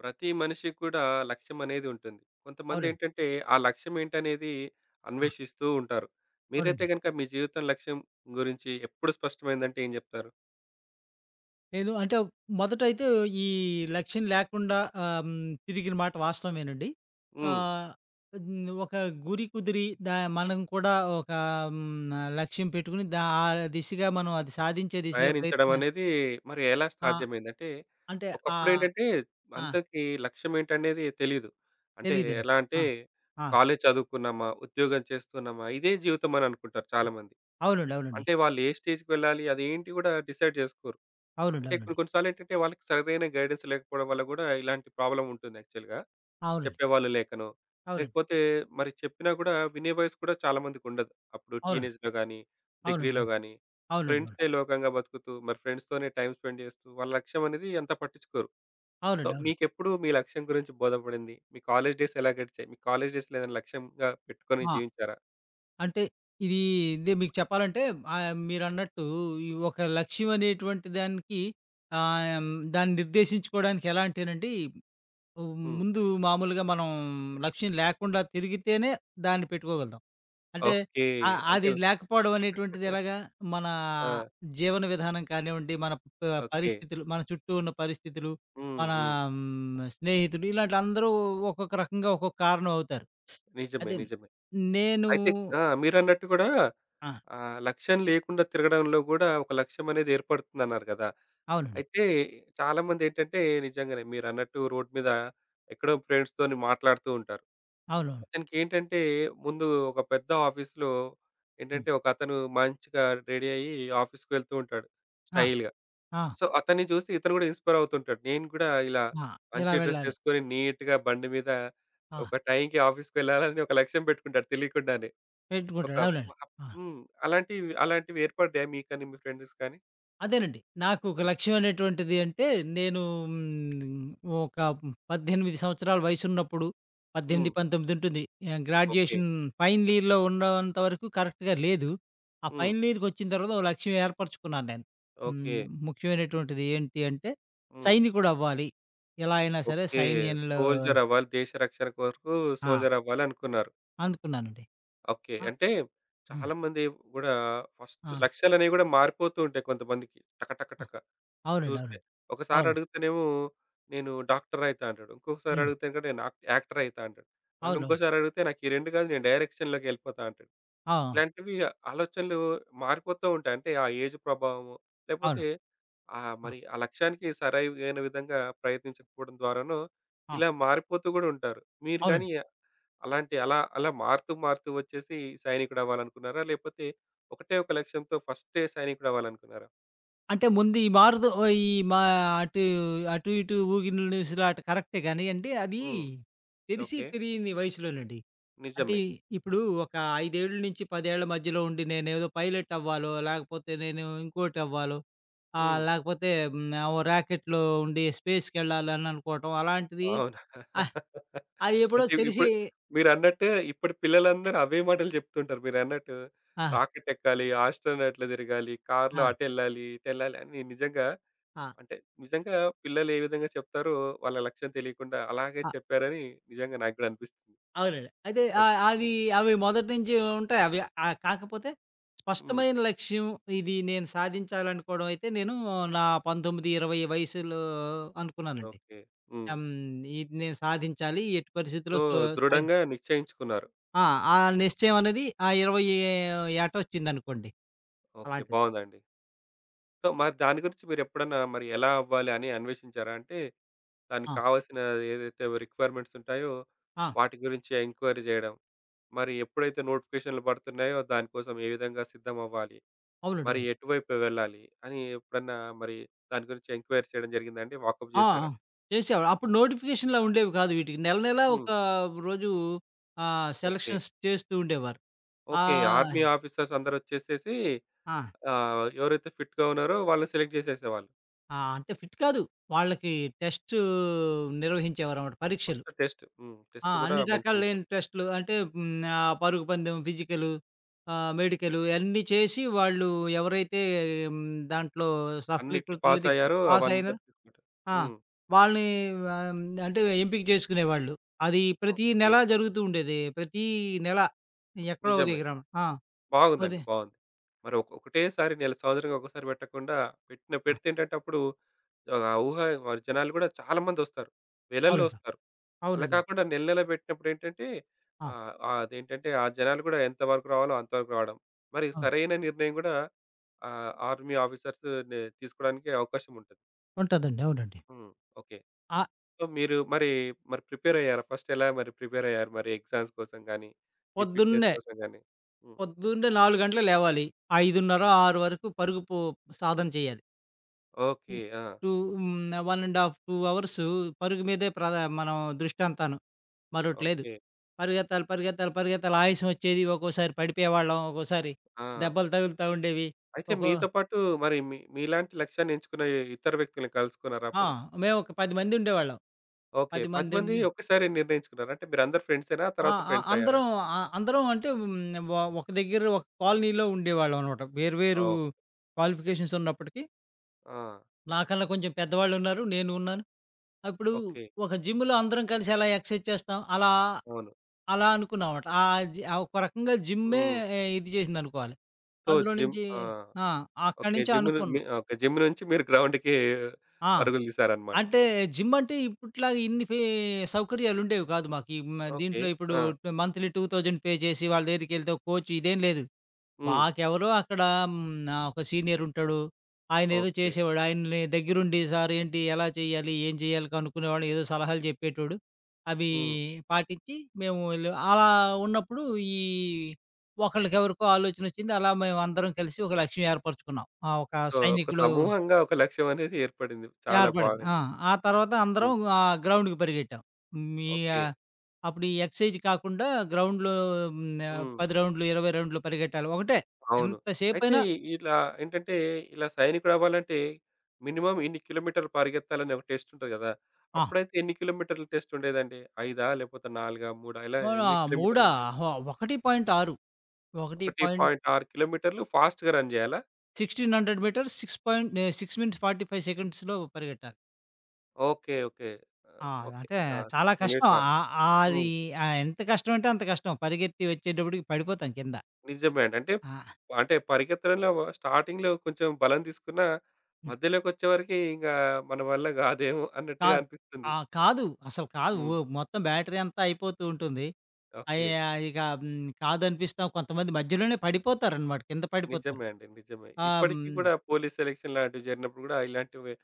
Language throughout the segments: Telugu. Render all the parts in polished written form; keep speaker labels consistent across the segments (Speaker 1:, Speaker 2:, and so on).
Speaker 1: ప్రతి మనిషికి కూడా లక్ష్యం అనేది ఉంటుంది. కొంతమంది
Speaker 2: అవునండి.
Speaker 1: ఏంటంటే, ఆ లక్ష్యం ఏంటనేది
Speaker 2: ఆ!
Speaker 1: అన్వేషిస్తూ ఉంటారు. మీరైతే
Speaker 2: అవునండి.
Speaker 1: గనుక మీ జీవితం లక్ష్యం గురించి ఎప్పుడు స్పష్టమైందంటే ఏం జెప్తారు?
Speaker 2: నేను అంటే మొదటైతే ఈ లక్ష్యం లేకుండా తిరిగిన మాట వాస్తవమేనండి.
Speaker 1: హ్మ్.
Speaker 2: ఆహ్, ఒక గురి కుదిరి దా మనం కూడా ఒక హ్మ్, లక్ష్యం పెట్టుకుని దా ఆ దిశగా మనం అది సాధించే దిశగా
Speaker 1: ప్రయాణించడం
Speaker 2: ప్రయత్న
Speaker 1: అనేది మరి ఎలా
Speaker 2: ఆ!
Speaker 1: సాధ్యమైంది? అంటే
Speaker 2: అంటే ఆహ్,
Speaker 1: ఒకప్పుడేంటంటే
Speaker 2: ఆ!
Speaker 1: అంతకి లక్ష్యం ఏంటనేది తెలీదు. అంటే
Speaker 2: తెలీదండి.
Speaker 1: ఎలా అంటే
Speaker 2: ఆ! ఆ!
Speaker 1: కాలేజ్ చదువుకున్నామా? ఉద్యోగం చేస్తున్నామా? ఇదే జీవితం అని అనుకుంటారు చాలామంది.
Speaker 2: అవునండి. అవునండి.
Speaker 1: అంటే వాళ్ళు ఏ స్టేజ్‌కి వెళ్ళాలి? అదేంటి గూడా డిసైడ్ జేసుకోరు.
Speaker 2: అవునండి.
Speaker 1: అంటే కొన్ని
Speaker 2: అవునండి.
Speaker 1: కొన్ని సార్లేంటంటే వాళ్ళకి సరైన గైడెన్స్ లేకపోవడం వల్ల గూడా ఇలాంటి ప్రాబ్లమ్ ఉంటుంది యాక్చువల్‌గా.
Speaker 2: అవునండి.
Speaker 1: చెప్పేవాళ్ళు లేకనో,
Speaker 2: అవునండి.
Speaker 1: లేకపోతే మరి చెప్పినా గూడా వినే వయస్సు కూడా చాలా మందికుండదు. అప్పుడు
Speaker 2: అవునండి.
Speaker 1: టీనేజ్‌లో గానీ,
Speaker 2: అవునండి.
Speaker 1: డిగ్రీలో గానీ,
Speaker 2: అవునండి. అవును.
Speaker 1: ఫ్రెండ్సే లోకంగా బతుకుతూ, మరి ఫ్రెండ్స్‌తోనే టైమ్ స్పెండ్ చేస్తూ, వాళ్ళ లక్ష్యం అనేది అంత పట్టించుకోరు. సో,
Speaker 2: అవునండి. అవును. అవునండి. అవును.
Speaker 1: మీకెప్పుడు మీ లక్ష్యం గురించి బోధపడింది? మీ కాలేజ్ డేస్ ఎలా గడిచాయి? మీ కాలేజ్ డేస్‌లో ఏదైనా లక్ష్యంగా పెట్టుకొని
Speaker 2: ఆ!
Speaker 1: జీవించారా?
Speaker 2: అంటే ఇది ఇదే మీకు చెప్పాలంటే, మీరన్నట్టు ఈ ఒక లక్ష్యం అనేటువంటి దానికి, ఆహ్, హ్మ్, దాన్ని నిర్దేశించుకోవడానికి ఎలా అంటేనండి, హ్మ్,
Speaker 1: హ్మ్.
Speaker 2: ముందు మామూలుగా మనం లక్ష్యం లేకుండా తిరిగితేనే దాన్ని పెట్టుకోగలుగుతాం. అంటే
Speaker 1: ఓకే. అంటే
Speaker 2: అది లేకపోవడం అనేటువంటిది ఎలాగా? మన
Speaker 1: ఆ!
Speaker 2: జీవన విధానం కానివ్వండి, మన ప
Speaker 1: ఓకే.
Speaker 2: పరిస్థితులు, మన చుట్టూ ఉన్న పరిస్థితులు,
Speaker 1: హ్మ్.
Speaker 2: మన
Speaker 1: హ్మ్.
Speaker 2: హ్మ్, స్నేహితులు ఇలాంటి అందరూ ఒక్కొక్క రకంగా ఒక్కొక్క కారణం అవుతారు.
Speaker 1: నిజమే.
Speaker 2: అదే
Speaker 1: నిజమే.
Speaker 2: నేను
Speaker 1: అయితే మీరన్నట్టు కూడా
Speaker 2: ఆ!
Speaker 1: లక్ష్యం లేకుండా తిరగడంలో గూడా ఒక లక్ష్యం అనేది ఏర్పడుతుందన్నారు గదా!
Speaker 2: అవునండి.
Speaker 1: అయితే చాలామందేంటంటే నిజంగానే మీరన్నట్టు రోడ్ మీద ఎక్కడో ఫ్రెండ్స్‌తోని మాట్లాడుతూ ఉంటారు.
Speaker 2: అవునవును.
Speaker 1: అతనికేంటంటే ముందు ఒక పెద్ద ఆఫీస్‌లో
Speaker 2: హ్మ్.
Speaker 1: ఏంటంటే ఒకతను మంచిగా రెడీ అయ్యి ఆఫీస్‌కి వెళ్తూ ఉంటాడు
Speaker 2: ఆ!
Speaker 1: స్టైల్‌గా.
Speaker 2: ఆ!
Speaker 1: సో, అతన్ని చూసి ఇతను గూడా ఇన్‌స్పైర్ అవుతుంటాడు. నేను గూడా ఇలా
Speaker 2: ఆ! ఇలా
Speaker 1: మంచి డ్రెస్
Speaker 2: వెళ్ళాలి.
Speaker 1: ఏసుకొని నీట్‌గా బండి మీద
Speaker 2: ఆ!
Speaker 1: ఒక టైంకి ఆఫీస్‌కి వెళ్ళాలని ఒక లక్ష్యం పెట్టుకుంటాడు తెలియకుండానే. ఒక
Speaker 2: పెట్టుకుంటాడు. అవునండి.
Speaker 1: అప్
Speaker 2: ఆ!
Speaker 1: హ్మ్. అలాంటివి అలాంటివి ఏర్పడ్డాయా మీకని, మీ ఫ్రెండ్స్‌కి కానీ?
Speaker 2: అదేనండి. నాకు ఒక లక్ష్యం అనేటువంటిది అంటే నేను హ్మ్, ఒక 18 సంవత్సరాల వయసున్నప్పుడు, 18,
Speaker 1: హ్మ్.
Speaker 2: 19 ఉంటుంది.
Speaker 1: ఓకే.
Speaker 2: గ్రాడ్యుయేషన్ ఫైనల్ ఇయర్‌లో ఉన్నంత వరకు కరెక్ట్‌గా లేదు. ఆ
Speaker 1: హ్మ్.
Speaker 2: ఫైనల్ ఇయర్‌కొచ్చిన తర్వాత ఓ లక్ష్యం ఏర్పరచుకున్నాను నేను.
Speaker 1: ఓకే.
Speaker 2: హ్మ్. ముఖ్యమైనటువంటిది ఏంటి అంటే,
Speaker 1: హ్మ్.
Speaker 2: సైనికుడవ్వాలి. ఎలా అయినా సరే
Speaker 1: ఓకే.
Speaker 2: సైన్యంలో
Speaker 1: సోల్జర్ అవ్వాలి. దేశ రక్షణ కొరకు
Speaker 2: ఆ!
Speaker 1: సోల్జర్ అవ్వాలనుకున్నారు.
Speaker 2: అనుకున్నానండి.
Speaker 1: ఓకే.
Speaker 2: ఆ!
Speaker 1: అంటే
Speaker 2: ఆ!
Speaker 1: చాలామంది గూడా ఫస్ట్
Speaker 2: ఆ!
Speaker 1: లక్ష్యాలనేవి గూడా మారిపోతూ ఉంటాయి కొంతమందికి. టక టక
Speaker 2: ఆ!
Speaker 1: టక
Speaker 2: అవునండి.
Speaker 1: చూస్తే.
Speaker 2: అవునండి.
Speaker 1: ఒకసారి
Speaker 2: అవును.
Speaker 1: అడిగితేనేమో నేను డాక్టర్ అయితా అంటాడు. ఇంకొకసారి
Speaker 2: హ్మ్.
Speaker 1: అడిగితే గూడా నేను యాక్టర్ అయితా అంటాడు. మళ్ళీ
Speaker 2: అవును.
Speaker 1: ఇంకోసారి అడిగితే నాకు ఈ 2 కాదు నేను డైరెక్షన్‌లోకెళ్ళిపోతా అంటాడు.
Speaker 2: ఆ!
Speaker 1: ఇలాంటివి ఆలోచనలు మారిపోతూ ఉంటాయి. అంటే ఆ ఏజ్ ప్రభావము,
Speaker 2: అవును.
Speaker 1: లేపోతే
Speaker 2: ఆ!
Speaker 1: మరి ఆ లక్ష్యానికి సరైన విధంగా ప్రయత్నించకపోవడం ద్వారానో
Speaker 2: ఆ!
Speaker 1: ఇలా మారిపోతూ గూడా ఉంటారు. మీరు గాని
Speaker 2: అవునండి.
Speaker 1: అలాంటి అలా అలా మారుతూ మారుతూ వచ్చేసి సైనికుడు అవ్వాలనుకున్నారా? లేపోతే ఒకటే ఒక లక్ష్యంతో ఫస్టే సైనికుడు అవ్వాలనుకున్నారా?
Speaker 2: అంటే ముందు ఈ మారుదు ఓ ఈ మా అటు, అటు ఇటు ఊగిన నిూసులాట కరెక్టే గానీయండి, అది
Speaker 1: హ్మ్.
Speaker 2: తెలిసి
Speaker 1: ఓకే.
Speaker 2: తెలియని వయసులోనండి. అంటే
Speaker 1: నిజమే.
Speaker 2: ఇప్పుడు ఒక 5 ఏళ్ల నుంచి 10 ఏళ్ల మధ్యలో ఉండి నేనేదో పైలట్ అవ్వాలో, లేకపోతే నేను ఇంకోటవ్వాలో,
Speaker 1: హ్మ్.
Speaker 2: లేకపోతే హ్మ్, ఓ రాకెట్‌లో ఉండి స్పేస్‌కెళ్ళాలని అనుకోవటం అలాంటిది,
Speaker 1: అవును.
Speaker 2: ఆహ్, అది ఎప్పుడో
Speaker 1: అంటే
Speaker 2: తెలిసి
Speaker 1: ఇప్పుడు మీరన్నట్టే ఇప్పటి పిల్లలందరూ అవే మాటలు చెప్తుంటారు. మీరన్నట్టు
Speaker 2: ఆ!
Speaker 1: రాకెట్ ఎక్కాలి, ఆస్ట్రోనట్‌లా తిరగాలి, కార్‌లో
Speaker 2: ఆ!
Speaker 1: అటెళ్ళాలి, ఇటెళ్ళాలి అని నిజంగా
Speaker 2: ఆ!
Speaker 1: అంటే నిజంగా పిల్లలు ఏ విధంగా చెప్తారో వాళ్ళ లక్ష్యం తెలియకుండా అలాగే
Speaker 2: ఆ!
Speaker 1: చెప్పారని నిజంగా నాకు కూడా అనిపిస్తుంది.
Speaker 2: అవునండి. అయితే ఆహ్,
Speaker 1: ఓకే.
Speaker 2: అది అవి మొదటి నుంచి ఉంటాయి. అవి, కాకపోతే
Speaker 1: హ్మ్.
Speaker 2: స్పష్టమైన లక్ష్యం, ఇది నేను సాధించాలనుకోవడం అయితే నేను నా 19, 20 వయసులో అనుకున్నానండి.
Speaker 1: ఓకే. హ్మ్.
Speaker 2: హ్మ్. ఇది నేను సాధించాలి. ఎట్టి పరిస్థితిలో
Speaker 1: సో,
Speaker 2: సో సై
Speaker 1: దృఢంగా నిశ్చయించుకున్నారు.
Speaker 2: ఆ! ఆ నిశ్చయం అనేది ఆ 20 ఏట వచ్చిందనుకోండి.
Speaker 1: ఓకే.
Speaker 2: అలాంటిది.
Speaker 1: బావుందండి. సో, మరి దాని గురించి మీరెప్పుడన్నా మరి ఎలా అవ్వాలి అని అన్వేషించారా? అంటే దానికి
Speaker 2: ఆ!
Speaker 1: కావాల్సిన ఏదైతే రిక్వైర్‌మెంట్స్ ఉంటాయో
Speaker 2: ఆ!
Speaker 1: వాటి గురించి ఎంక్వైరీ చేయడం. మరి ఎప్పుడైతే నోటిఫికేషన్‌లు పడుతున్నాయో దానికోసం ఏ విధంగా సిద్ధమవ్వాలి?
Speaker 2: అవునండి.
Speaker 1: మరి
Speaker 2: అవును.
Speaker 1: ఎటువైపు వెళ్ళాలి? అని ఎప్పుడన్నా మరి దాని గురించి ఎంక్వైరీ చేయడం జరిగిందా అండి? వాకప్
Speaker 2: ఆ! ఆ!
Speaker 1: చేశారా?
Speaker 2: చేసేవాడు. అప్పుడు నోటిఫికేషన్‌లా ఉండేవి కాదు వీటికి. నెల నెలా
Speaker 1: హ్మ్.
Speaker 2: ఒక రోజు
Speaker 1: ఓకే.
Speaker 2: సెలక్షన్స్ చేస్తూ ఉండేవారు.
Speaker 1: ఓకే.
Speaker 2: ఆహ్,
Speaker 1: ఆర్మీ ఆఫీసర్స్ అందరొచ్చేసేసి
Speaker 2: ఆ!
Speaker 1: ఎవరైతే ఫిట్‌గా ఉన్నారో వాళ్ళని సెలెక్ట్ చేసేసేవాళ్ళు.
Speaker 2: ఆ! అంటే ఫిట్ కాదు. వాళ్ళకి టెస్టు నిర్వహించేవారన్నమాట, పరీక్షలు.
Speaker 1: First test. హ్మ్.
Speaker 2: ఆ!
Speaker 1: టెస్ట్ కూడా
Speaker 2: అన్ని
Speaker 1: మంచి విషయం.
Speaker 2: రకాలైన టెస్టులు అంటే, పరుగు పందెం, ఫిజికలు, మెడికలు అన్నీ చేసి వాళ్ళు ఎవరైతే హ్మ్, దాంట్లో
Speaker 1: అన్నిట్లో
Speaker 2: సఫలీకృతులైతే,
Speaker 1: పాసయ్యారు.
Speaker 2: పాస్ అయిన
Speaker 1: అవన్నీ తీసుకుంటారు.
Speaker 2: ఆ!
Speaker 1: హ్మ్.
Speaker 2: వాళ్ళని అంటే ఎంపిక చేసుకునేవాళ్ళు. అది ప్రతి
Speaker 1: ఓకే.
Speaker 2: నెల జరుగుతూ ఉండేది. ప్రతి నెల ఎక్కడో ఓ
Speaker 1: నిజమే.
Speaker 2: దగ్గర. ఆ!
Speaker 1: బాగుందండి.
Speaker 2: ఉదయం
Speaker 1: బాగుంది. మరి ఒకటేసారి నెల సంవత్సరానికి ఒకసారి పెట్టకుండా
Speaker 2: ఆ!
Speaker 1: పెడితేంటంటే అప్పుడు ఆహ్, ఊహ మరి జనాలు గూడా చాలా మందొస్తారు. వేలల్లో
Speaker 2: అవునండి.
Speaker 1: వస్తారు.
Speaker 2: అవునండి.
Speaker 1: అలా
Speaker 2: అవును.
Speaker 1: కాకుండా నెల నెల పెట్టినప్పుడేంటంటే
Speaker 2: ఆ!
Speaker 1: ఆహ్, ఆహ్, అదేంటంటే ఆ జనాలు గూడా ఎంతవరకు రావాలో అంతవరకు రావడం. మరి
Speaker 2: అవును.
Speaker 1: సరైన నిర్ణయం గూడా ఆర్మీ ఆఫీసర్స్ నే తీసుకోవడానికి అవకాశం ఉంటది.
Speaker 2: ఉంటదండి. అవునండి.
Speaker 1: హ్మ్. ఓకే.
Speaker 2: ఆ!
Speaker 1: సో, మీరు మరి, మరి ప్రిపేర్ అయ్యారా? ఫస్ట్ ఎలా మరి ప్రిపేర్ అయ్యారు? మరి ఎగ్జామ్స్ కోసం గాని, ఈ ఫిట్‌నెస్
Speaker 2: పొద్దున్నే
Speaker 1: కోసం గాని? హ్మ్.
Speaker 2: పొద్దున్నే 4 గంటలకు లేవాలి. 5:30, 6 వరకు పరుగు పో సాధన చేయాలి. ఎ
Speaker 1: ఓకే. ఆ!
Speaker 2: టూ హ్మ్. 1 ½ 2 అవర్స్ పరుగు మీదే ప్రధ మనం దృష్టంతాను. మరోటి లేదు.
Speaker 1: ఓకే.
Speaker 2: పరిగెత్తాలి, పరిగెత్తాలి, పరిగెత్తాలి, ఆయాసం వచ్చేది. ఒక్కోసారి పడిపోయేవాళ్ళం. ఒక్కోసారి
Speaker 1: ఆ!
Speaker 2: దెబ్బలు తగులుతా ఉండేవి.
Speaker 1: అయితే
Speaker 2: ఒక్కో
Speaker 1: మీతో పాటు మరి మీలాంటి లక్ష్యాన్ని ఎంచుకున్న ఇతర వ్యక్తుల్ని కలుసుకున్నారా
Speaker 2: ఆ!
Speaker 1: అప్పుడు?
Speaker 2: మేము ఒక 10 మంది ఉండేవాళ్ళం.
Speaker 1: ఓకే.
Speaker 2: 10
Speaker 1: 10
Speaker 2: మంది
Speaker 1: మంది
Speaker 2: ఉండి
Speaker 1: ఒక్కసారే నిర్ణయించుకున్నారా? అంటే మీరందరూ ఫ్రెండ్సేనా?
Speaker 2: ఆ!
Speaker 1: తర్వాత
Speaker 2: ఆ!
Speaker 1: ఫ్రెండ్స్ అయ్యారా?
Speaker 2: అందరం ఆ! అందరం అంటే, హ్మ్. ఒక దగ్గర, ఒక కాలనీలో ఉండేవాళ్ళం అన్నమాట. వేరు వేరు
Speaker 1: ఓహ్!
Speaker 2: క్వాలిఫికేషన్స్ ఉన్నప్పటికీ
Speaker 1: ఆ!
Speaker 2: నాకన్నా కొంచెం పెద్దవాళ్ళున్నారు. నేను ఉన్నా అప్పుడు
Speaker 1: ఓకే.
Speaker 2: ఒక జిమ్‌లో అందరం కలిసి అలా ఎక్సర్సైజ్ చేస్తాం. అలా,
Speaker 1: అవును.
Speaker 2: అలా అనుకున్నామమాట. ఒక రకంగా జిమ్మే
Speaker 1: హ్మ్.
Speaker 2: ఇది చేసిందనుకోవాలి.
Speaker 1: సో,
Speaker 2: అందులో
Speaker 1: జిమ్
Speaker 2: నుంచి
Speaker 1: ఆ!
Speaker 2: ఆ! అక్కడి
Speaker 1: ఓకే.
Speaker 2: నుంచి
Speaker 1: జిమ్ ను
Speaker 2: అనుకున్నా.
Speaker 1: మీ ఓకే. జిమ్ నుంచి మీరు గ్రౌండ్‌కి
Speaker 2: ఆ!
Speaker 1: పరుగులు తీశారన్నమాట.
Speaker 2: అంటే జిమ్ అంటే ఇప్పట్లాగా ఇన్ని ఫే సౌకర్యాలుండేవి కాదు మాకు. ఈ మ
Speaker 1: ఓకే.
Speaker 2: దీంట్లో ఇప్పుడు
Speaker 1: ఆ!
Speaker 2: మంత్లీ 2000 పే చేసి వాళ్ళ దగ్గరికెళ్తే ఒక కోచ్ ఇదేం లేదు.
Speaker 1: హ్మ్.
Speaker 2: మాకెవరో అక్కడ హ్మ్. ఒక సీనియర్ ఉంటాడు. ఆయనేదో
Speaker 1: ఓకే.
Speaker 2: చేసేవాడు. ఆయన్ని దగ్గరుండి సార్ ఏంటి, ఎలా చేయాలి, ఏం చేయాలి కనుక్కునేవాడు. ఏదో సలహాలు చెప్పేటోడు. అవి
Speaker 1: హ్మ్.
Speaker 2: పాటించి మేము ఎళ్ళే అలా ఉన్నప్పుడు ఈ ఒకళ్ళకెవరికో ఆలోచనొచ్చింది. అలా మేమందరం కలిసి ఒక లక్ష్యం ఏర్పరుచుకున్నాం. ఆ! ఒక
Speaker 1: సో, ఒక
Speaker 2: సైనికుడు
Speaker 1: సమూహంగా ఒక లక్ష్యం అనేది ఏర్పడింది. చాలా
Speaker 2: ఏర్పడింది. ఆ!
Speaker 1: బాగుంది.
Speaker 2: ఆ తర్వాత అందరం
Speaker 1: హ్మ్.
Speaker 2: గ్రౌండ్‌కి పరిగెట్టాం. హ్మ్. ఈ
Speaker 1: ఓకే.
Speaker 2: ఆహ్, అప్పుడు ఈ ఎక్సర్‌సైజ్ కాకుండా గ్రౌండ్‌లో, హ్మ్.
Speaker 1: హ్మ్.
Speaker 2: 10 రౌండ్లు, 20 రౌండ్లు పరిగెట్టాలి. ఒకటే
Speaker 1: అవును. అయితే
Speaker 2: ఎంతసేపైనా
Speaker 1: ఇలా ఏంటంటే, ఇలా సైనికుడవ్వాలంటే మినిమమ్ ఇన్ని కిలోమీటర్లు పరిగెత్తాలని ఒక టెస్ట్ ఉంటది గదా!
Speaker 2: ఆ!
Speaker 1: అప్పుడైతే ఎన్ని కిలోమీటర్ల టెస్ట్ ఉండేదండి? 5 లేకపోతే 4 3 ఇలా
Speaker 2: ఓహ్! ఆ!
Speaker 1: ఎన్ని కిలోమీటర్లు
Speaker 2: మూడా?
Speaker 1: ఉండేది?
Speaker 2: ఓహో! 1.6 1.1600
Speaker 1: 1.6 కిలోమీటర్లు ఫాస్ట్‌గా రన్ జేయాలా?
Speaker 2: మీటర్స్ 6 పాయింట్ నే 6 మినిట్స్ 45 సెకండ్స్‌లో పరిగెట్టాలి.
Speaker 1: ఓకే. ఓకే. ఆహ్,
Speaker 2: ఆ!
Speaker 1: ఓకే.
Speaker 2: అంటే
Speaker 1: ఆ!
Speaker 2: చాలా
Speaker 1: 6
Speaker 2: కష్టం.
Speaker 1: Minutes fast.
Speaker 2: అది
Speaker 1: హ్మ్.
Speaker 2: ఎంత కష్టం అంటే అంత కష్టం. పరిగెత్తి వచ్చేటప్పటికి పడిపోతాం కింద.
Speaker 1: నిజమే అండి. అంటే,
Speaker 2: ఆ!
Speaker 1: అంటే పరిగెత్తడంలో స్టార్టింగ్‌లో కొంచెం బలం తీసుకున్నా,
Speaker 2: హ్మ్.
Speaker 1: మధ్యలోకొచ్చేవరకి ఇంగా మన వల్ల గాదేమో అన్నట్టుగా
Speaker 2: కాదు.
Speaker 1: అనిపిస్తుంది.
Speaker 2: ఆ! కాదు. అసలు కాదు.
Speaker 1: హ్మ్.
Speaker 2: ఓ మొత్తం బ్యాటరీ అంతా అయిపోతూ ఉంటుంది. అయి
Speaker 1: ఓకే.
Speaker 2: ఆహ్, ఇక హ్మ్, కాదనిపిస్తాం. కొంతమంది మధ్యలోనే పడిపోతారనమాట. కింద పడిపోతారు.
Speaker 1: నిజమే అండి. నిజమే.
Speaker 2: ఆహ్, హ్మ్.
Speaker 1: ఇప్పటికి గూడా పోలీస్ సెలక్షన్ లాంటివి జరిగినప్పుడు గూడా ఇలాంటివే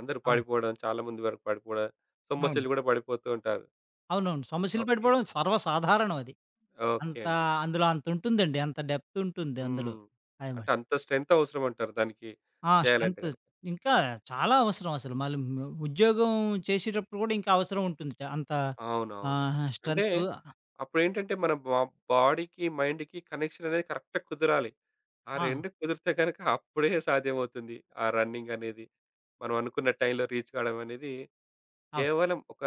Speaker 1: అందరూ
Speaker 2: ఆ!
Speaker 1: పడిపోవడం, చాలా మంది వరకు పడిపోవడం,
Speaker 2: అవును.
Speaker 1: సొమ్మసిల్లు గూడా పడిపోతూ ఉంటారు.
Speaker 2: అవునవును. సమస్యలు
Speaker 1: ఓకే.
Speaker 2: పడిపోవడం సర్వసాధారణం అది.
Speaker 1: ఓకే
Speaker 2: అంత
Speaker 1: అండి.
Speaker 2: అందులో అంతుంటుందండి. అంత డెప్త్ ఉంటుంది అందులో.
Speaker 1: హ్మ్. అంటే
Speaker 2: అదమాట.
Speaker 1: అంత స్ట్రెంత్ అవసరమంటారు దానికి
Speaker 2: ఆ!
Speaker 1: చేయాలంటే
Speaker 2: స్ట్రెంత్
Speaker 1: గనక.
Speaker 2: ఇంకా చాలా అవసరం అసలు. మళ్ళీ ఉద్యోగం చేసేటప్పుడు కూడా ఇంకా అవసరం ఉంటుందిట. అంత
Speaker 1: అవునవును. అంటే
Speaker 2: స్ట్రెంత్
Speaker 1: అప్పుడేంటంటే మన బా బాడీకి, మైండ్‌కి కనెక్షన్ అనేది కరెక్ట్‌గా కుదరాలి. ఆ
Speaker 2: ఆ!
Speaker 1: 2 కుదిరితే గనక అప్పుడే సాధ్యమవుతుంది. ఆ రన్నింగ్ అనేది. మనం అనుకున్న టైంలో రీచ్ కావడం అనేది
Speaker 2: అవును.
Speaker 1: కేవలం ఒక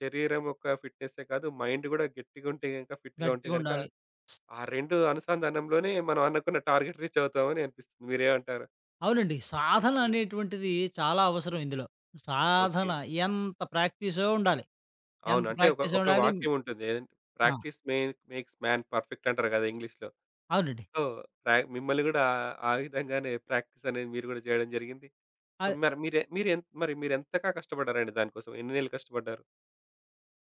Speaker 1: శరీరం యొక్క ఫిట్‌నెస్సే కాదు మైండ్ గూడా గట్టిగా ఉంటే గనక, ఫిట్‌గా ఉంటే
Speaker 2: గట్టిగా
Speaker 1: గనక
Speaker 2: ఉండాలి.
Speaker 1: ఆ 2 అనుసంధానంలోనే మనం అనుకున్న టార్గెట్ రీచ్ అవుతామని అనిపిస్తుంది. మీరేమంటారు?
Speaker 2: అవునండి. సాధన
Speaker 1: హ్మ్.
Speaker 2: అనేటువంటిది చాలా అవసరం ఇందులో.
Speaker 1: ఓకే.
Speaker 2: సాధన ఎంత ప్రాక్టీసో ఉండాలి.
Speaker 1: అవును.
Speaker 2: ఎంత
Speaker 1: అంటే ఒక
Speaker 2: ప్రాక్టీస్
Speaker 1: ఒక
Speaker 2: ఉండాలి.
Speaker 1: వాక్యం ఉంటుంది. ఏదంటే
Speaker 2: ఆ!
Speaker 1: Practice make makes man perfect అంటారు గదా! ఇంగ్లీష్‌లో.
Speaker 2: అవునండి.
Speaker 1: సో, మిమ్మల్ని గూడా ఆ విధంగానే ప్రాక్టీస్ అనేది మీరు గూడా జేయడం జరిగింది. సో,
Speaker 2: ఆహ్,
Speaker 1: మరి మీరెంతగా కష్టపడ్డారండి దానికోసం? ఎన్ని నెలలు కష్టపడ్డారు?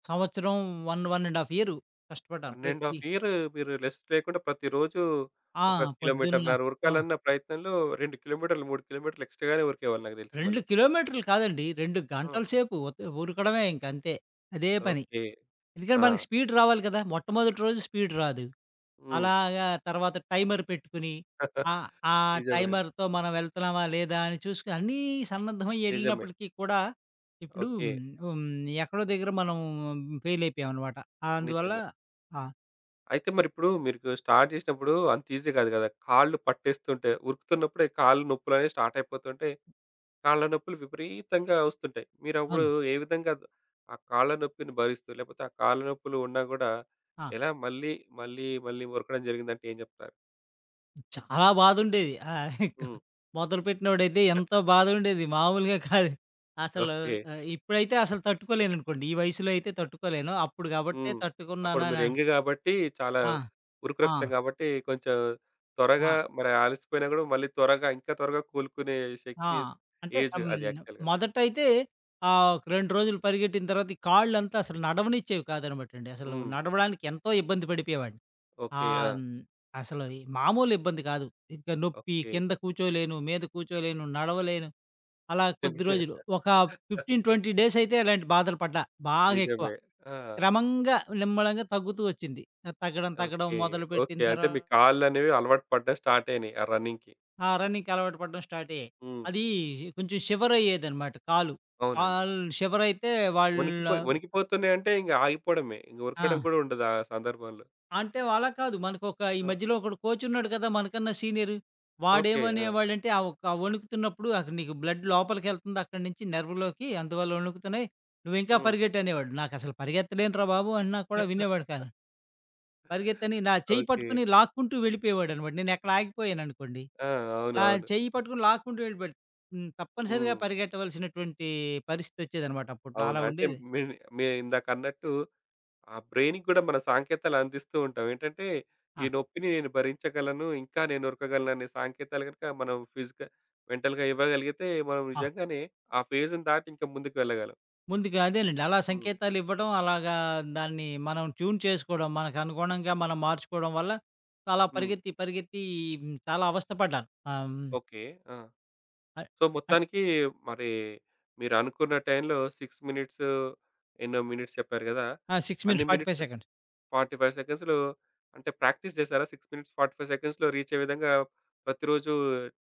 Speaker 2: సంవత్సరం 1, 1 ½ ఇయర్ కష్టపడ్డాను.
Speaker 1: 1
Speaker 2: ప్రతి
Speaker 1: ½ ఇయర్ మీరు లెస్ లేకుండా ప్రతిరోజు
Speaker 2: ఆ!
Speaker 1: ఒక
Speaker 2: పొద్దున్న
Speaker 1: కిలోమీటర్‌న్నర
Speaker 2: పో
Speaker 1: ఉరకాలన్న ప్రయత్నంలో 2 కిలోమీటర్లు, 3 కిలోమీటర్లు ఎక్స్‌ట్రా‌గానే ఉరికేవాళ్ళు నాకు దెలిసి
Speaker 2: 2
Speaker 1: మళ్ళీ.
Speaker 2: కిలోమీటర్లు కాదండి. 2
Speaker 1: ఆ!
Speaker 2: గంటల సేపు ఉరకడమే ఇంక అంతే. అదే పని.
Speaker 1: ఓకే.
Speaker 2: ఎందుకంటే
Speaker 1: ఆ!
Speaker 2: మనకి స్పీడ్ రావాలి కదా! మొట్టమొదటి రోజు స్పీడ్ రాదు.
Speaker 1: హ్మ్.
Speaker 2: అలాగా తర్వాత టైమర్ పెట్టుకుని ఆహ్, ఆ
Speaker 1: నిజమే అండి.
Speaker 2: టైమర్‌తో మనం వెళ్తున్నామా లేదా అని చూసుకొని అన్నీ సన్నద్ధమై
Speaker 1: నిజమే.
Speaker 2: ఎళ్ళినప్పటికి కూడా ఇప్పుడు,
Speaker 1: ఓకే.
Speaker 2: హ్మ్, ఎక్కడో దగ్గర మనం ఫెయిల్ అయిపోయామనమాట. అందువల్ల
Speaker 1: నిజమే.
Speaker 2: ఆ!
Speaker 1: అయితే మరిప్పుడు మీకు స్టార్ట్ జేసినప్పుడు అంత ఈజీ గాదు గదా! కాళ్ళు పట్టేస్తుంటే ఉరుకుతున్నప్పుడే కాళ్ళు నొప్పులనేవి స్టార్ట్ అయిపోతుంటే కాళ్ళ నొప్పులు విపరీతంగా వస్తుంటాయి. మీరప్పుడు
Speaker 2: అవును.
Speaker 1: ఏ విధంగా ద- ఆ కాళ్ళ నొప్పిని భరిస్తూ, లేకపోతే ఆ కాళ్ళ నొప్పులు ఉన్నా గూడా
Speaker 2: ఆ!
Speaker 1: ఎలా మళ్ళీ, మళ్ళీ, మళ్ళీ మొరకడం జరిగిందంటే ఏం జెప్తారు?
Speaker 2: చాలా బాధుండేది.
Speaker 1: హ్మ్.
Speaker 2: మొదలుపెట్టినోడైతే ఎంతో బాధుండేది. మామూలుగా కాదు. అసలు
Speaker 1: ఓకే.
Speaker 2: ఇప్పుడైతే అసలు తట్టుకోలేననుకోండి. ఈ వయసులో అయితే తట్టుకోలేను. అప్పుడు కాబట్టే
Speaker 1: హ్మ్. అప్పుడు మీరు
Speaker 2: తట్టుకున్నాననా
Speaker 1: యంగ్ గాబట్టి, చాలా
Speaker 2: ఆ!
Speaker 1: ఉరుకు
Speaker 2: ఆ!
Speaker 1: రక్తం గాబట్టి, కొంచెం త్వరగా
Speaker 2: ఆ!
Speaker 1: మరి అలసిపోయినా గూడా మళ్ళీ త్వరగా ఇంకా త్వరగా కోలుకునే
Speaker 2: ఆ!
Speaker 1: శక్తి
Speaker 2: అంటే
Speaker 1: ఏజ్
Speaker 2: ఆహ్,
Speaker 1: అది
Speaker 2: హ్మ్.
Speaker 1: యాక్చువల్‌గా.
Speaker 2: మొదటైతే ఒక 2 రోజులు పరిగెట్టిన తర్వాత ఈ కాళ్ళంతా అసలు నడవనిచ్చేవి కాదనమాటండి. అసలు
Speaker 1: హ్మ్.
Speaker 2: నడవడానికి ఎంతో ఇబ్బంది పడిపోయేవాడిని.
Speaker 1: ఓకే. ఆ!
Speaker 2: ఆహ్, హ్మ్. అసలు ఈ మామూలు ఇబ్బంది కాదు. ఇంకా నొప్పి,
Speaker 1: ఓకే.
Speaker 2: కింద కూర్చోలేను, మీద కూర్చోలేను, నడవలేను. అలా కొద్ది రోజులు. ఒక 15,
Speaker 1: ఓకే.
Speaker 2: 20 డేస్ అయితే ఇలాంటి బాధలు పడ్డా. బాగా ఎక్కువ.
Speaker 1: నిజమే. ఆ!
Speaker 2: క్రమంగా నిమ్మళంగా తగ్గుతూ వచ్చింది. తగ్గడం, తగ్గడం
Speaker 1: ఓకే.
Speaker 2: మొదలుపెట్టిన
Speaker 1: ఓకే. అంటే
Speaker 2: తర్వా
Speaker 1: మీ కాళ్ళనేవి అలవాటు పడ్డం స్టార్ట్ అయినాయి. ఆ రన్నింగ్‌కి.
Speaker 2: ఆ! రన్నింగ్‌కి అలవాటు పడడం స్టార్ట్ అయ్యాయి.
Speaker 1: హ్మ్.
Speaker 2: అది కొంచెం షివర్ అయ్యేదనమాట కాలు.
Speaker 1: అవునండి.
Speaker 2: కాలు షివర్ అయితే వాళ్ళ
Speaker 1: వణికిపోయి వణికిపోతున్నాయి అంటే ఇంక ఆగిపోవడమే. ఇంక
Speaker 2: ఆ!
Speaker 1: ఉరకడం కూడా ఉండదు ఆ సందర్భంలో.
Speaker 2: అంటే అలా కాదు. మనకొక ఈ
Speaker 1: ఆ!
Speaker 2: మధ్యలో ఒకడు కోచున్నాడు కదా! మనకన్నా సీనియరు.
Speaker 1: ఓకే. ఆ!
Speaker 2: వాడేమనేవాడంటే, ఆ ఒక్క ఆ వణుకుతున్నప్పుడు అక్కడ నీకు బ్లడ్ లోపలికెళ్తుంది అక్కడి నుంచి నెర్వ్‌లోకి, అందువల్ల వణుకుతున్నాయి. నువ్వింకా
Speaker 1: హ్మ్.
Speaker 2: పరిగెట్టు అనేవాడు. నాకసలు పరిగెత్తలేనురా బాబు! అన్నా కూడా వినేవాడు కాదు. పరిగెత్తని నా చెయ్యి
Speaker 1: ఓకే.
Speaker 2: పట్టుకుని లాక్కుంటూ వెళ్ళిపోయేవాడనమాట. నేనెక్కడ ఆగిపోయాననుకోండి,
Speaker 1: ఆ!
Speaker 2: నా
Speaker 1: అవునవును.
Speaker 2: చెయ్యి పట్టుకుని లాక్కుంటూ వెళ్ళిపోయాడు. హ్మ్. తప్పనిసరిగా
Speaker 1: హ్మ్.
Speaker 2: పరిగెట్టవలసినటువంటి పరిస్థితొచ్చేదనమాట అప్పట్లో.
Speaker 1: అవును.
Speaker 2: అలా
Speaker 1: అంటే
Speaker 2: ఉండేది.
Speaker 1: మీ మీరు ఇందాకన్నట్టు ఆ బ్రెయిన్‌కి కూడా మన సాంకేతాలు అందిస్తూ ఉంటాం. ఏంటంటే ఈ
Speaker 2: ఆ!
Speaker 1: నొప్పిని నేను భరించగలను, ఇంకా నేను ఉరకగలను అనే సాంకేతాలు గనుక మనం మెంటల్‌గా ఇవ్వగలిగితే మనం
Speaker 2: ఆ!
Speaker 1: నిజంగానే ఆ ఫేజ్‌ని దాటి ఇంకా ముందుకు వెళ్ళగలం.
Speaker 2: ముందుగా అదేనండి. అలా
Speaker 1: హ్మ్.
Speaker 2: సంకేతాలు ఇవ్వడం, అలాగా దాన్ని మనం ట్యూన్ చేసుకోవడం, మనకు అనుగుణంగా మనం మార్చుకోవడం వల్ల, చాలా
Speaker 1: హ్మ్.
Speaker 2: పరిగెత్తి, పరిగెత్తి, చాలా అవస్థ పడ్డాను. ఆహ్, హ్మ్.
Speaker 1: ఓకే. ఆ!
Speaker 2: అ
Speaker 1: సో,
Speaker 2: అట్
Speaker 1: మొత్తానికి మరి మీరనుకున్న టైంలో 6 మినిట్స్ ఎన్నో మినిట్స్ చెప్పారు గదా!
Speaker 2: ఆ! 6
Speaker 1: అన్ని
Speaker 2: మినిట్స్ 45
Speaker 1: మినిట్స్
Speaker 2: సెకండ్స్.
Speaker 1: 45 సెకండ్స్‌లో అంటే ప్రాక్టీస్ చేసారా? 6 మినిట్స్ 45 సెకండ్స్‌లో రీచ్ అయ్యే విధంగా ప్రతిరోజు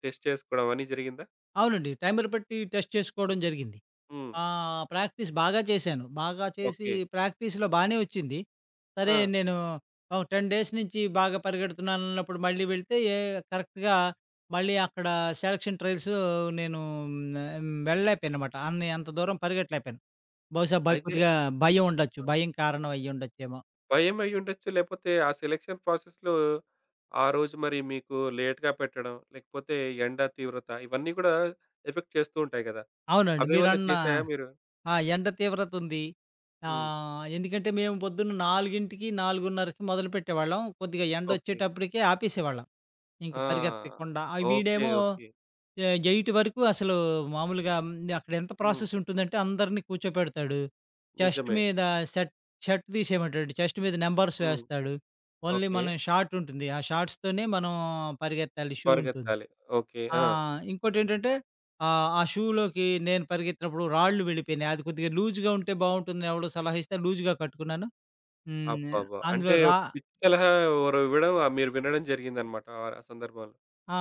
Speaker 1: టెస్ట్ చేసుకోవడం అని జరిగిందా?
Speaker 2: అవునండి. టైమర్ పెట్టి టెస్ట్ చేసుకోవడం జరిగింది.
Speaker 1: హ్మ్.
Speaker 2: ఆ! ప్రాక్టీస్ బాగా చేశాను. బాగా చేసి
Speaker 1: ఓకే.
Speaker 2: ప్రాక్టీస్‌లో బానే వచ్చింది. సరే
Speaker 1: ఆ!
Speaker 2: నేను ఒక 10 డేస్ నుంచి బాగా పరిగెడుతున్నానన్నప్పుడు మళ్ళీ వెళ్తే కరెక్ట్‌గా మళ్ళీ అక్కడ సెలక్షన్ ట్రయల్స్ నేను వెళ్ళలేకపోయానన్నమాట. అన్ని అంత దూరం పరిగెట్టలేకపోయాను. బహుశా
Speaker 1: అయితే
Speaker 2: కొద్దిగా భయం ఉండొచ్చు.
Speaker 1: ఆ!
Speaker 2: భయం కారణం అయ్యుండొచ్చేమో.
Speaker 1: భయం అయ్యుండొచ్చు. లేకపోతే ఆ సెలక్షన్ ప్రాసెస్‌లో ఆ రోజు మరి మీకు లేట్‌గా పెట్టడం, లేకపోతే ఎండ తీవ్రత ఇవన్నీ గూడా ఎఫెక్ట్ చేస్తూ ఉంటాయి గదా!
Speaker 2: అవునండి.
Speaker 1: అవేమన్నా
Speaker 2: మీరన్న
Speaker 1: చేసాయా మీరు?
Speaker 2: ఆ! ఎండ తీవ్రత ఉంది.
Speaker 1: హ్మ్.
Speaker 2: ఎందుకంటే మేము పొద్దున్న 4కి 4:30కి మొదలుపెట్టేవాళ్ళం. కొద్దిగా
Speaker 1: ఓకే.
Speaker 2: ఎండొచ్చేటప్పటికే ఆపేసేవాళ్ళం. ఇంక
Speaker 1: ఆ!
Speaker 2: పరిగెత్తకుండా
Speaker 1: ఓకే.
Speaker 2: వీడేమో
Speaker 1: ఓకే.
Speaker 2: ఎయిట్ వరకు అసలు మామూలుగా, అక్కడ ఎంత
Speaker 1: హ్మ్.
Speaker 2: ప్రాసెస్ ఉంటుందంటే అందరిని కూర్చోపెడతాడు. చెస్ట్
Speaker 1: నిజమే.
Speaker 2: మీద షర్ట్ షర్ట్ తీసేయమంటాడు. చెస్ట్ మీద నంబర్స్
Speaker 1: హ్మ్.
Speaker 2: వేస్తాడు. Only
Speaker 1: okay.
Speaker 2: మనం షార్ట్ ఉంటుంది. ఆ షార్ట్స్‌తోనే మనం పరిగెత్తాలి. షూ ఉంటుంది.
Speaker 1: పరిగెత్తాలి. ఓకే.
Speaker 2: ఆ!
Speaker 1: ఆ!
Speaker 2: ఇంకోటేంటంటే, ఆ షూలోకి నేను పరిగెత్తినప్పుడు రాళ్ళు వెళ్ళిపోయినాయి. అది కొద్దిగా లూజ్‌గా ఉంటే బావుంటుందని ఎవడో సలహా ఇస్తే లూజ్‌గా కట్టుకున్నాను. హ్మ్.
Speaker 1: అబ్బబ్బా! అంటే
Speaker 2: అందులో రా
Speaker 1: ఒక పిచ్చి సలహా ఎవరో ఇవ్వడం మీరు వినడం జరిగిందన్నమాట ఆ సందర్భంలో.
Speaker 2: ఆ!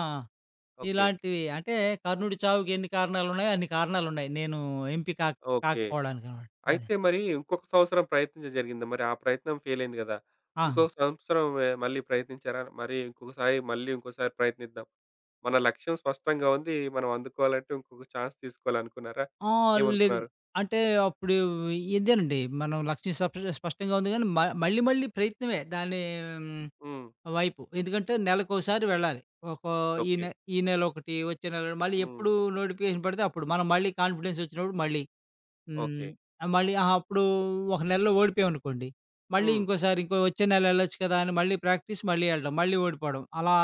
Speaker 1: ఓకే.
Speaker 2: ఇలాంటివి అంటే కర్ణుడి చావుకి ఎన్ని కారణాలున్నాయో అన్ని కారణాలున్నాయి. నేను ఎంపీ కాక
Speaker 1: ఓకే.
Speaker 2: కాకపోవడానికనమాట. అదే.
Speaker 1: అయితే మరి ఇంకొక సంవత్సరం ప్రయత్నించడం జరిగిందా? మరి ఆ ప్రయత్నం ఫెయిల్ అయింది గదా!
Speaker 2: ఆ!
Speaker 1: ఇంకో సంవత్సరం మళ్ళీ ప్రయత్నించారా? మరి ఇంకొకసారి మళ్ళీ ఇంకోసారి ప్రయత్నిద్దాం. మన లక్ష్యం స్పష్టంగా ఉంది. మనం అందుకోవాలంటే ఇంకొక ఛాన్స్ తీసుకోవాలనుకున్నారా?
Speaker 2: ఆ! లేదు.
Speaker 1: ఏమనుకున్నారు?
Speaker 2: అంటే అప్పుడు ఇదేనండి. మనం లక్ష్యం స్పష్టంగా ఉంది గానీ మళ్ళీ మళ్ళీ ప్రయత్నమే దాని
Speaker 1: హ్మ్.
Speaker 2: వైపు. ఎందుకంటే నెలకోసారి వెళ్ళాలి. ఒక ఈ
Speaker 1: ఓకే.
Speaker 2: నె ఈ నెలొకటి, వచ్చే నెల మళ్ళీ
Speaker 1: హ్మ్.
Speaker 2: ఎప్పుడు నోటిఫికేషన్ పడితే అప్పుడు. మనం మళ్ళీ కాన్ఫిడెన్స్ వచ్చినప్పుడు మళ్ళీ.
Speaker 1: ఓకే.
Speaker 2: హ్మ్. ఆహ్, మళ్ళీ ఆహా! అప్పుడు ఒక నెలలో ఓడిపోయామనుకోండి, మళ్ళీ
Speaker 1: హ్మ్.
Speaker 2: ఇంకోసారి ఇంకో వచ్చే నెల ఎళ్ళొచ్చు కదా! అని మళ్ళీ ప్రాక్టీస్ మళ్ళీ ఎళ్ళడం. మళ్ళీ ఓడిపోవడం. అలా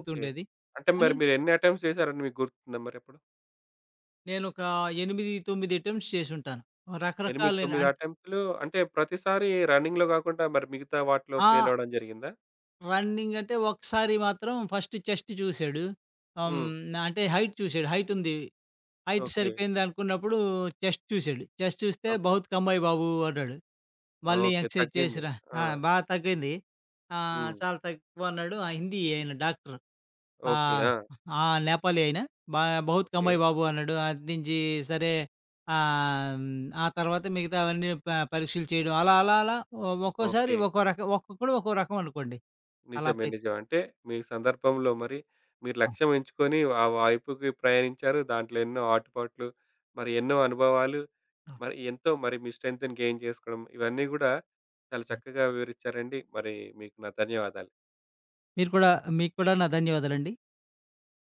Speaker 1: ఓకే. అంటే మరి
Speaker 2: కానీ
Speaker 1: మీరు ఎన్ని అటెంప్ట్స్ చేసారని మీకు గుర్తుందా మరప్పుడు?
Speaker 2: నేనొక 8, 9 అటెంప్ట్స్ చేసుంటాను.
Speaker 1: 8,
Speaker 2: రకరకాలైన
Speaker 1: 9
Speaker 2: అన్
Speaker 1: అటెంప్ట్‌లు అంటే ప్రతిసారి రన్నింగ్‌లో గాకుండా మరి మిగతా వాటిలో ఫెయిల్
Speaker 2: ఆ!
Speaker 1: అవ్వడం జరిగిందా?
Speaker 2: రన్నింగ్ అంటే ఒకసారి మాత్రం ఫస్ట్ చెస్ట్ చూసాడు. ఆహ్,
Speaker 1: హ్మ్.
Speaker 2: హ్మ్. అంటే హైట్ చూసాడు. హైట్ ఉంది. Height
Speaker 1: okay.
Speaker 2: సరిపోయిందనుకున్నప్పుడు చెస్ట్ చూసాడు. చెస్ట్ చూస్తే
Speaker 1: ఓకే.
Speaker 2: "బహుత్ కమ్ అయి బాబు" అన్నాడు. మళ్ళీ
Speaker 1: ఓకే.
Speaker 2: ఎక్సర్సైజ్
Speaker 1: తగ్గింది.
Speaker 2: చేసిరా
Speaker 1: ఆ!
Speaker 2: ఆ! బాగా తగ్గింది.
Speaker 1: హ్మ్.
Speaker 2: చాలా తక్కువ అన్నాడు. ఆ హిందీ ఆయన డాక్టర్.
Speaker 1: ఓకే.
Speaker 2: ఆహ్,
Speaker 1: ఆ!
Speaker 2: ఆ! నేపాలీ ఆయన. బ బహుత్
Speaker 1: ఓకే.
Speaker 2: కమాయి బాబు అన్నాడు. అట్నుంచి సరే ఆహ్, హ్మ్, ఆ తర్వాత మిగతావన్నీ పరీక్షలు చేయడం. అలా, అలా, అలా ఒక్కోసారి
Speaker 1: ఓకే.
Speaker 2: ఒక్కో రకం, ఒక్కొక్కడు ఒక్కో రకం అనుకోండి. అలా
Speaker 1: నిజమే.
Speaker 2: ప్రతి
Speaker 1: నిజమే. అంటే మీ సందర్భంలో మరి మీరు
Speaker 2: ఆ!
Speaker 1: లక్ష్యం ఎంచుకొని ఆ వైపుకి ప్రయాణించారు. దాంట్లో ఎన్నో ఆటుపాట్లు, మరి ఎన్నో అనుభవాలు,
Speaker 2: ఆ!
Speaker 1: మరి ఎంతో మరి మీ స్ట్రెంగ్త్‌ని గెయిన్ చేసుకోవడం ఇవన్నీ గూడా చాలా
Speaker 2: ఆ!
Speaker 1: చక్కగా వివరించారండి. మరి మీకు నా ధన్యవాదాలు.
Speaker 2: మీరు కూడా మీకు కూడా నా ధన్యవాదాలండి.